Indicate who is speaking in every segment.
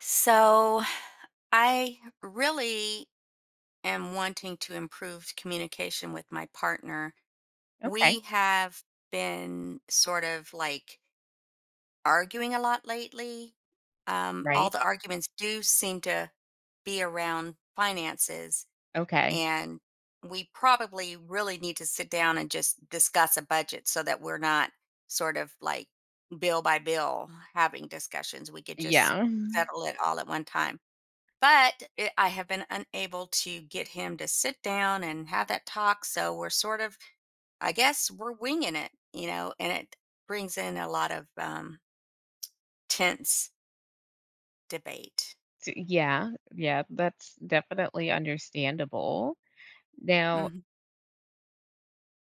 Speaker 1: So I really am wanting to improve communication with my partner.
Speaker 2: Okay.
Speaker 1: We have been sort of like arguing a lot lately. All
Speaker 2: Right.
Speaker 1: the arguments do seem to be around finances,
Speaker 2: Okay.
Speaker 1: and we probably really need to sit down and just discuss a budget so that we're not sort of like bill by bill having discussions. We could just
Speaker 2: Yeah. Mhm.
Speaker 1: settle it all at one time but I have been unable to get him to sit down and have that talk. So we're sort of, I guess, we're winging it, and it brings in a lot of tense debate.
Speaker 2: T Yeah. Yeah, that's definitely understandable. Now,
Speaker 1: Mhm.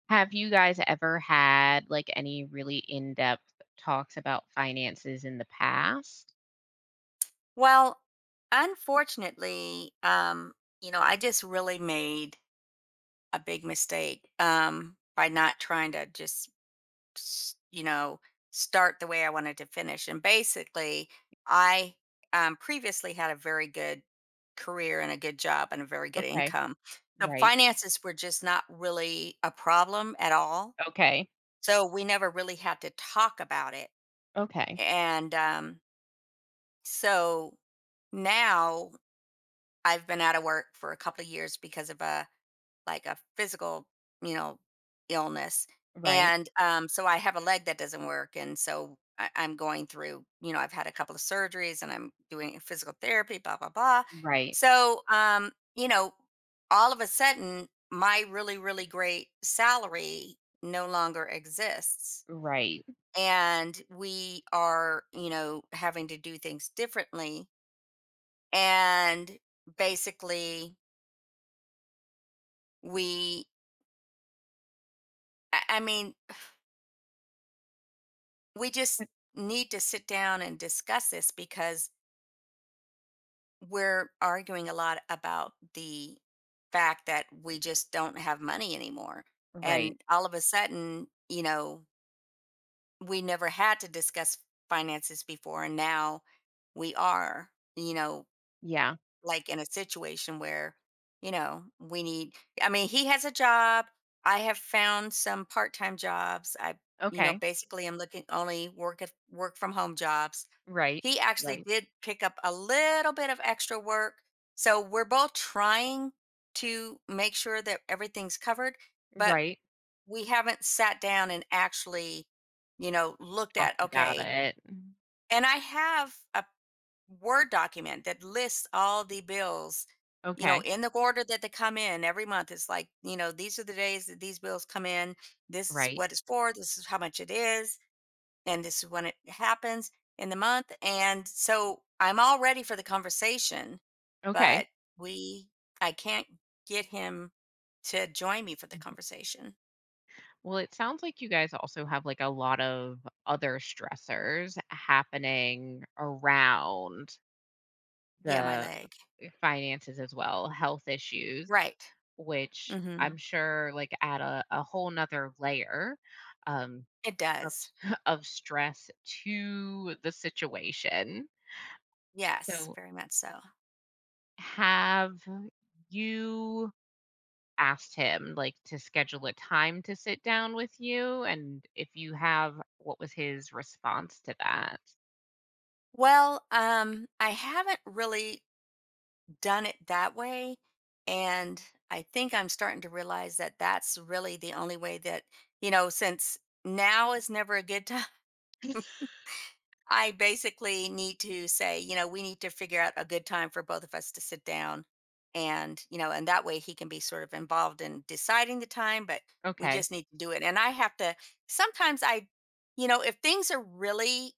Speaker 2: have you guys ever had, like, any really in-depth talks about finances in the past?
Speaker 1: Well, unfortunately, I just really made a big mistake by not trying to just s- you know, start the way I wanted to finish. And basically, I previously had a very good career and a good job and a very good
Speaker 2: Okay.
Speaker 1: income. So
Speaker 2: Right.
Speaker 1: finances were just not really a problem at all.
Speaker 2: Okay.
Speaker 1: So we never really had to talk about it.
Speaker 2: Okay.
Speaker 1: And so Now I've been out of work for a couple of years because of a a physical, you know, illness.
Speaker 2: Right.
Speaker 1: And so I have a leg that doesn't work. And so I'm going through, I've had a couple of surgeries and I'm doing physical therapy, blah, blah, blah.
Speaker 2: Right.
Speaker 1: So, all of a sudden, my really, really great salary no longer exists.
Speaker 2: Right.
Speaker 1: And we are, you know, having to do things differently. And basically, we, I mean, we just need to sit down and discuss this because we're arguing a lot about the fact that we just don't have money anymore.
Speaker 2: Right.
Speaker 1: And all of a sudden, you know, we never had to discuss finances before. And now we are, you know,
Speaker 2: Yeah.
Speaker 1: like in a situation where, you know, we need, I mean, he has a job. I have found some part time jobs.
Speaker 2: Okay.
Speaker 1: Basically I'm looking only work at work from home jobs.
Speaker 2: Right.
Speaker 1: He actually
Speaker 2: Right.
Speaker 1: did pick up a little bit of extra work. So we're both trying to make sure that everything's covered, but
Speaker 2: Right.
Speaker 1: we haven't sat down and actually, you know, looked at,
Speaker 2: Talked about
Speaker 1: okay.
Speaker 2: it. Mm.
Speaker 1: And I have a Word document that lists all the bills, you know,
Speaker 2: Okay.
Speaker 1: in the order that they come in every month. It's like, you know, these are the days that these bills come in. This is
Speaker 2: Right.
Speaker 1: what it's for. This is how much it is and this is when it happens in the month. And so I'm all ready for the conversation,
Speaker 2: Okay.
Speaker 1: but we, I can't get him to join me for the conversation.
Speaker 2: Well, it sounds like you guys also have like a lot of other stressors happening around
Speaker 1: Yeah, my
Speaker 2: the
Speaker 1: leg.
Speaker 2: finances as well, health issues,
Speaker 1: Right.
Speaker 2: which
Speaker 1: Hmm.
Speaker 2: I'm sure like add a whole nother layer, um,
Speaker 1: It
Speaker 2: of,
Speaker 1: does.
Speaker 2: of stress to the situation.
Speaker 1: Yes,
Speaker 2: So,
Speaker 1: very much so.
Speaker 2: have you asked him like to schedule a time to sit down with you? And if you have, what was his response to that?
Speaker 1: Well, I haven't really done it that way. And I think I'm starting to realize that that's really the only way that, you know, since now is never a good time. I basically need to say, you know, we need to figure out a good time for both of us to sit down. And, you know, and that way he can be sort of involved in deciding the time, but we
Speaker 2: Okay.
Speaker 1: just need to do it. And I have to, sometimes I, you know, if things are really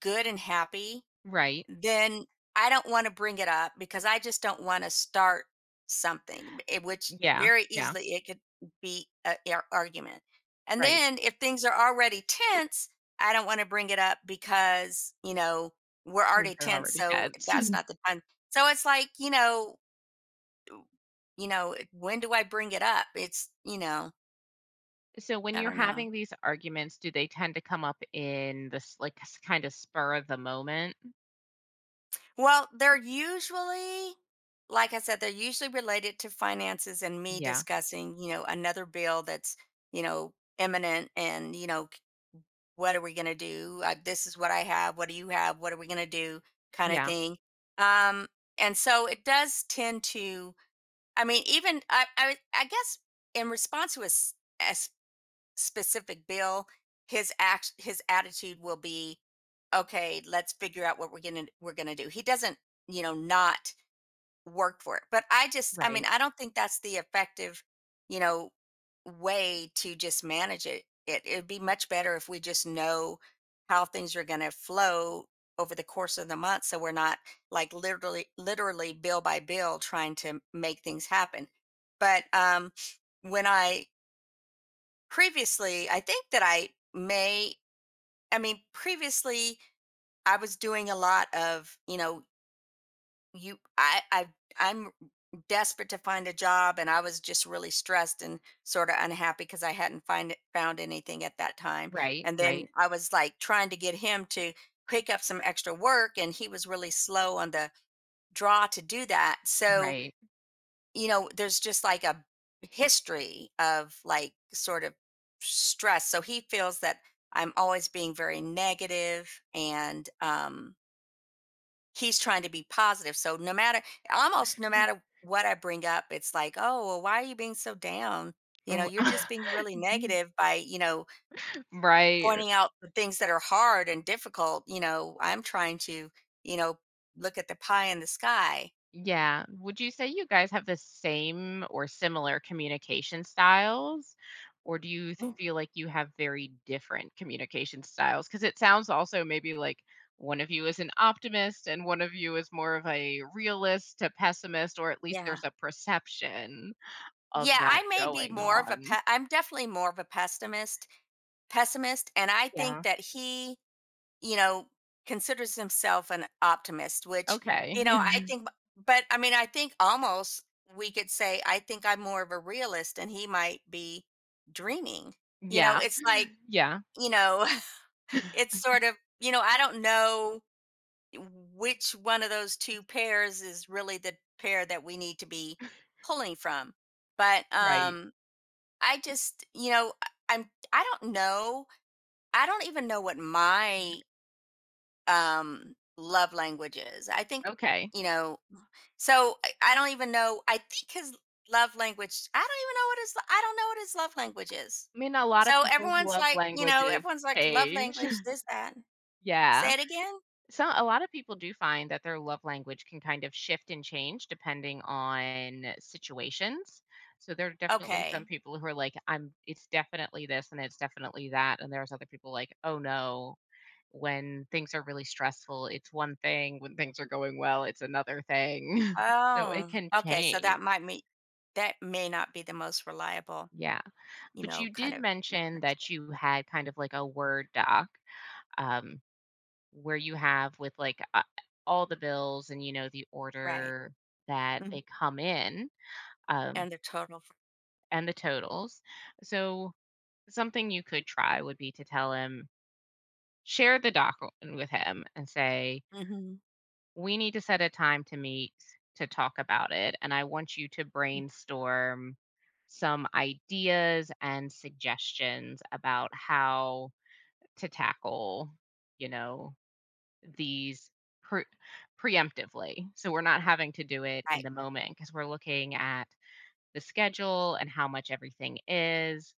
Speaker 1: good and happy,
Speaker 2: Right.
Speaker 1: then I don't want to bring it up because I just don't want to start something, eh, which
Speaker 2: Yeah,
Speaker 1: very
Speaker 2: yeah,
Speaker 1: easily it could be an argument. And
Speaker 2: right.
Speaker 1: then if things are already tense, I don't want to bring it up because, you know, we're
Speaker 2: Things
Speaker 1: already
Speaker 2: are
Speaker 1: tense.
Speaker 2: already
Speaker 1: So
Speaker 2: heads.
Speaker 1: that's not the time. So it's like, you know, eh, when do I bring it up? It's, you know,
Speaker 2: So when
Speaker 1: I
Speaker 2: you're
Speaker 1: don't know.
Speaker 2: having these arguments, do they tend to come up in this, like, kind of spur of the moment?
Speaker 1: Well, like I said, they're usually related to finances and me
Speaker 2: Yeah,
Speaker 1: discussing, you know, another bill you know, imminent and, you know, what are we going to do? This is what I have. What do you have? What are we going to do? Kind of
Speaker 2: yeah,
Speaker 1: thing. Um, and so it does tend to, I guess in response to a specific bill, his attitude will be, okay, let's figure out what we're gonna do. He doesn't, you know, not work for it. But I mean,
Speaker 2: right,
Speaker 1: I don't think that's the effective, you know, way to just manage it. It it'd be much better if we just know how things are gonna flow over the course of the month so we're not like literally bill by bill trying to make things happen. But when I Previously, I think that I may I mean, Previously I was doing a lot of, you know, you I I'm desperate to find a job and I was just really stressed and sort of unhappy because I hadn't find found anything at that time.
Speaker 2: right,
Speaker 1: And then
Speaker 2: right,
Speaker 1: I was like trying to get him to pick up some extra work and he was really slow on the draw to do that. So
Speaker 2: right.
Speaker 1: you know, there's just like a history of like sort of stress. So he feels that I'm always being very negative and he's trying to be positive. So no matter almost no matter what I bring up, it's like, "Oh, well why are you being so down? You know, you're just being really negative by, you know,
Speaker 2: Right.
Speaker 1: pointing out the things that are hard and difficult, you know, I'm trying to, you know, look at the pie in the sky."
Speaker 2: Yeah. Would you say you guys have the same or similar communication styles? Or do you
Speaker 1: Mm.
Speaker 2: feel like you have very different communication styles? Because it sounds also maybe like one of you is an optimist and one of you is more of a realist to pessimist, or at least
Speaker 1: Yeah.
Speaker 2: there's a perception of
Speaker 1: Yeah,
Speaker 2: that
Speaker 1: I may be
Speaker 2: going
Speaker 1: more of a
Speaker 2: on.
Speaker 1: I'm definitely more of a pessimist, and I think
Speaker 2: Yeah.
Speaker 1: that he, you know, considers himself an optimist, which,
Speaker 2: Okay.
Speaker 1: you know, I mean, I think almost we could say I think I'm more of a realist and he might be dreaming. You know,
Speaker 2: Yeah.
Speaker 1: it's like,
Speaker 2: Yeah.
Speaker 1: you know, it's sort of, you know, I don't know which one of those two pairs is really the pair that we need to be pulling from. But
Speaker 2: Right.
Speaker 1: I just, you know, I'm I don't know. I don't even know what my love language is. I think,
Speaker 2: Okay.
Speaker 1: you know, so I don't even know. I think his love language, I don't know what his love language is.
Speaker 2: I mean, a lot of
Speaker 1: So
Speaker 2: people's
Speaker 1: everyone's
Speaker 2: love
Speaker 1: like, you know,
Speaker 2: languages
Speaker 1: everyone's like love
Speaker 2: change.
Speaker 1: language, this, that.
Speaker 2: Yeah.
Speaker 1: Say it again.
Speaker 2: So a lot of people do find that their love language can kind of shift and change depending on situations. So there are definitely some
Speaker 1: Okay.
Speaker 2: people who are like, I'm it's definitely this and it's definitely that. And there's other people like, oh no, when things are really stressful, it's one thing. When things are going well, it's another thing. So it
Speaker 1: Oh,
Speaker 2: can
Speaker 1: okay. So
Speaker 2: change.
Speaker 1: that may not be the most reliable,
Speaker 2: Yeah.
Speaker 1: you
Speaker 2: But you
Speaker 1: know, kind
Speaker 2: did
Speaker 1: of
Speaker 2: mention
Speaker 1: reference.
Speaker 2: that you had kind of like a Word doc. Um, where you have with like all the bills and you know the
Speaker 1: Right.
Speaker 2: order that
Speaker 1: Mhm.
Speaker 2: they come in, um,
Speaker 1: And the total.
Speaker 2: and the totals. So something you could try would be to tell him, share the document with him and say
Speaker 1: Hmm.
Speaker 2: we need to set a time to meet to talk about it, and I want you to
Speaker 1: Mm,
Speaker 2: brainstorm some ideas and suggestions about how to tackle, you know, these pre- preemptively. So we're not having to do it in
Speaker 1: right.
Speaker 2: the moment because we're looking at the schedule and how much everything is.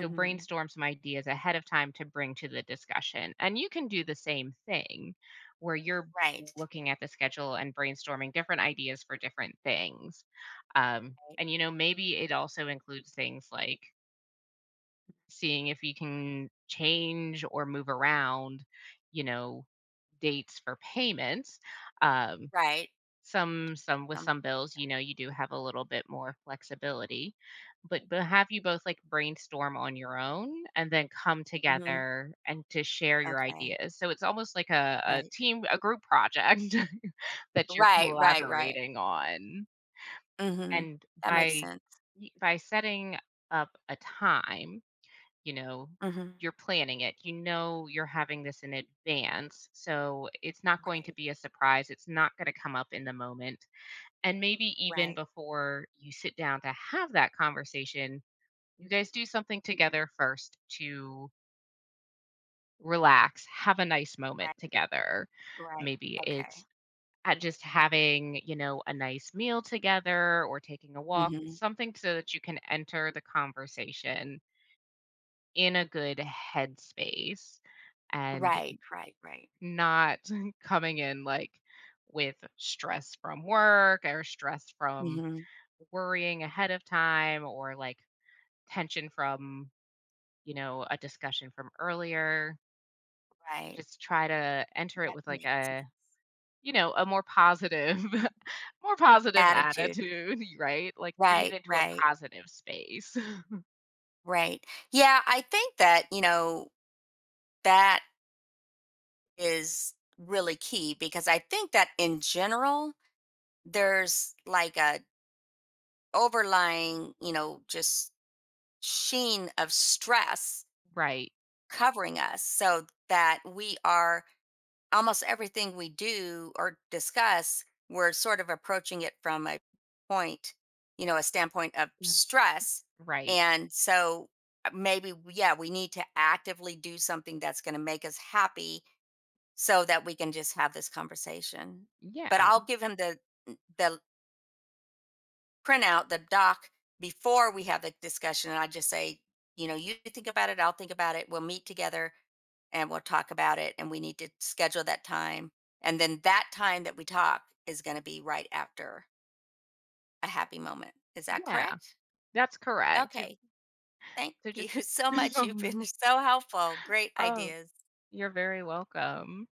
Speaker 2: So brainstorm some ideas ahead of time to bring to the discussion. And you can do the same thing where you're
Speaker 1: Right.
Speaker 2: looking at the schedule and brainstorming different ideas for different things. Um,
Speaker 1: Right.
Speaker 2: and, you know, maybe it also includes things like seeing if you can change or move around, you know, dates for payments. Um,
Speaker 1: Right.
Speaker 2: some with
Speaker 1: Um,
Speaker 2: some bills, you know, you do have a little bit more flexibility. But have you both like brainstorm on your own and then come
Speaker 1: mhm.
Speaker 2: together and to share your
Speaker 1: Okay.
Speaker 2: ideas. So it's almost like a
Speaker 1: Right.
Speaker 2: team, a group project that you're
Speaker 1: Right. Right. Right.
Speaker 2: collaborating on.
Speaker 1: Mhm.
Speaker 2: And
Speaker 1: That makes
Speaker 2: by
Speaker 1: sense.
Speaker 2: by setting up a time, you know,
Speaker 1: Mhm.
Speaker 2: you're planning it. You know you're having this in advance. So it's not going to
Speaker 1: Right.
Speaker 2: be a surprise. It's not going to come up in the moment. And maybe even
Speaker 1: Right.
Speaker 2: before you sit down to have that conversation, you guys do something together first to relax, have a nice moment
Speaker 1: Right.
Speaker 2: together.
Speaker 1: Right.
Speaker 2: Maybe
Speaker 1: Okay.
Speaker 2: it's at just having, you know, a nice meal together or taking a walk,
Speaker 1: Mhm.
Speaker 2: something so that you can enter the conversation in a good headspace and
Speaker 1: Right. Right. Right.
Speaker 2: not coming in like with stress from work or stress from
Speaker 1: Mhm.
Speaker 2: worrying ahead of time or like tension from, you know, a discussion from earlier.
Speaker 1: Right.
Speaker 2: Just try to enter it
Speaker 1: That
Speaker 2: with like
Speaker 1: makes sense.
Speaker 2: you know, a more positive, more positive
Speaker 1: Attitude.
Speaker 2: attitude, right? Like bring it
Speaker 1: Right.
Speaker 2: into a
Speaker 1: Right.
Speaker 2: positive space.
Speaker 1: Right. Yeah. I think that, you know, that is really key because I think that in general, there's like a overlying, you know, just sheen of stress
Speaker 2: Right.
Speaker 1: covering us so that we are almost everything we do or discuss, we're sort of approaching it from a point, you know, a standpoint of
Speaker 2: Yeah.
Speaker 1: stress.
Speaker 2: Right.
Speaker 1: And so maybe, yeah, we need to actively do something that's going to make us happy so that we can just have this conversation. But
Speaker 2: Yeah.
Speaker 1: I'll give him the print out the doc before we have the discussion. And I just say, you know, you think about it, I'll think about it. We'll meet together and we'll talk about it. And we need to schedule that time. And then that time that we talk is going to be right after a happy moment. Is that
Speaker 2: Yeah.
Speaker 1: correct?
Speaker 2: That's correct.
Speaker 1: Okay. Thank
Speaker 2: So
Speaker 1: you
Speaker 2: just
Speaker 1: so much. You've been
Speaker 2: um,
Speaker 1: so helpful. Great
Speaker 2: oh,
Speaker 1: ideas.
Speaker 2: you're very welcome.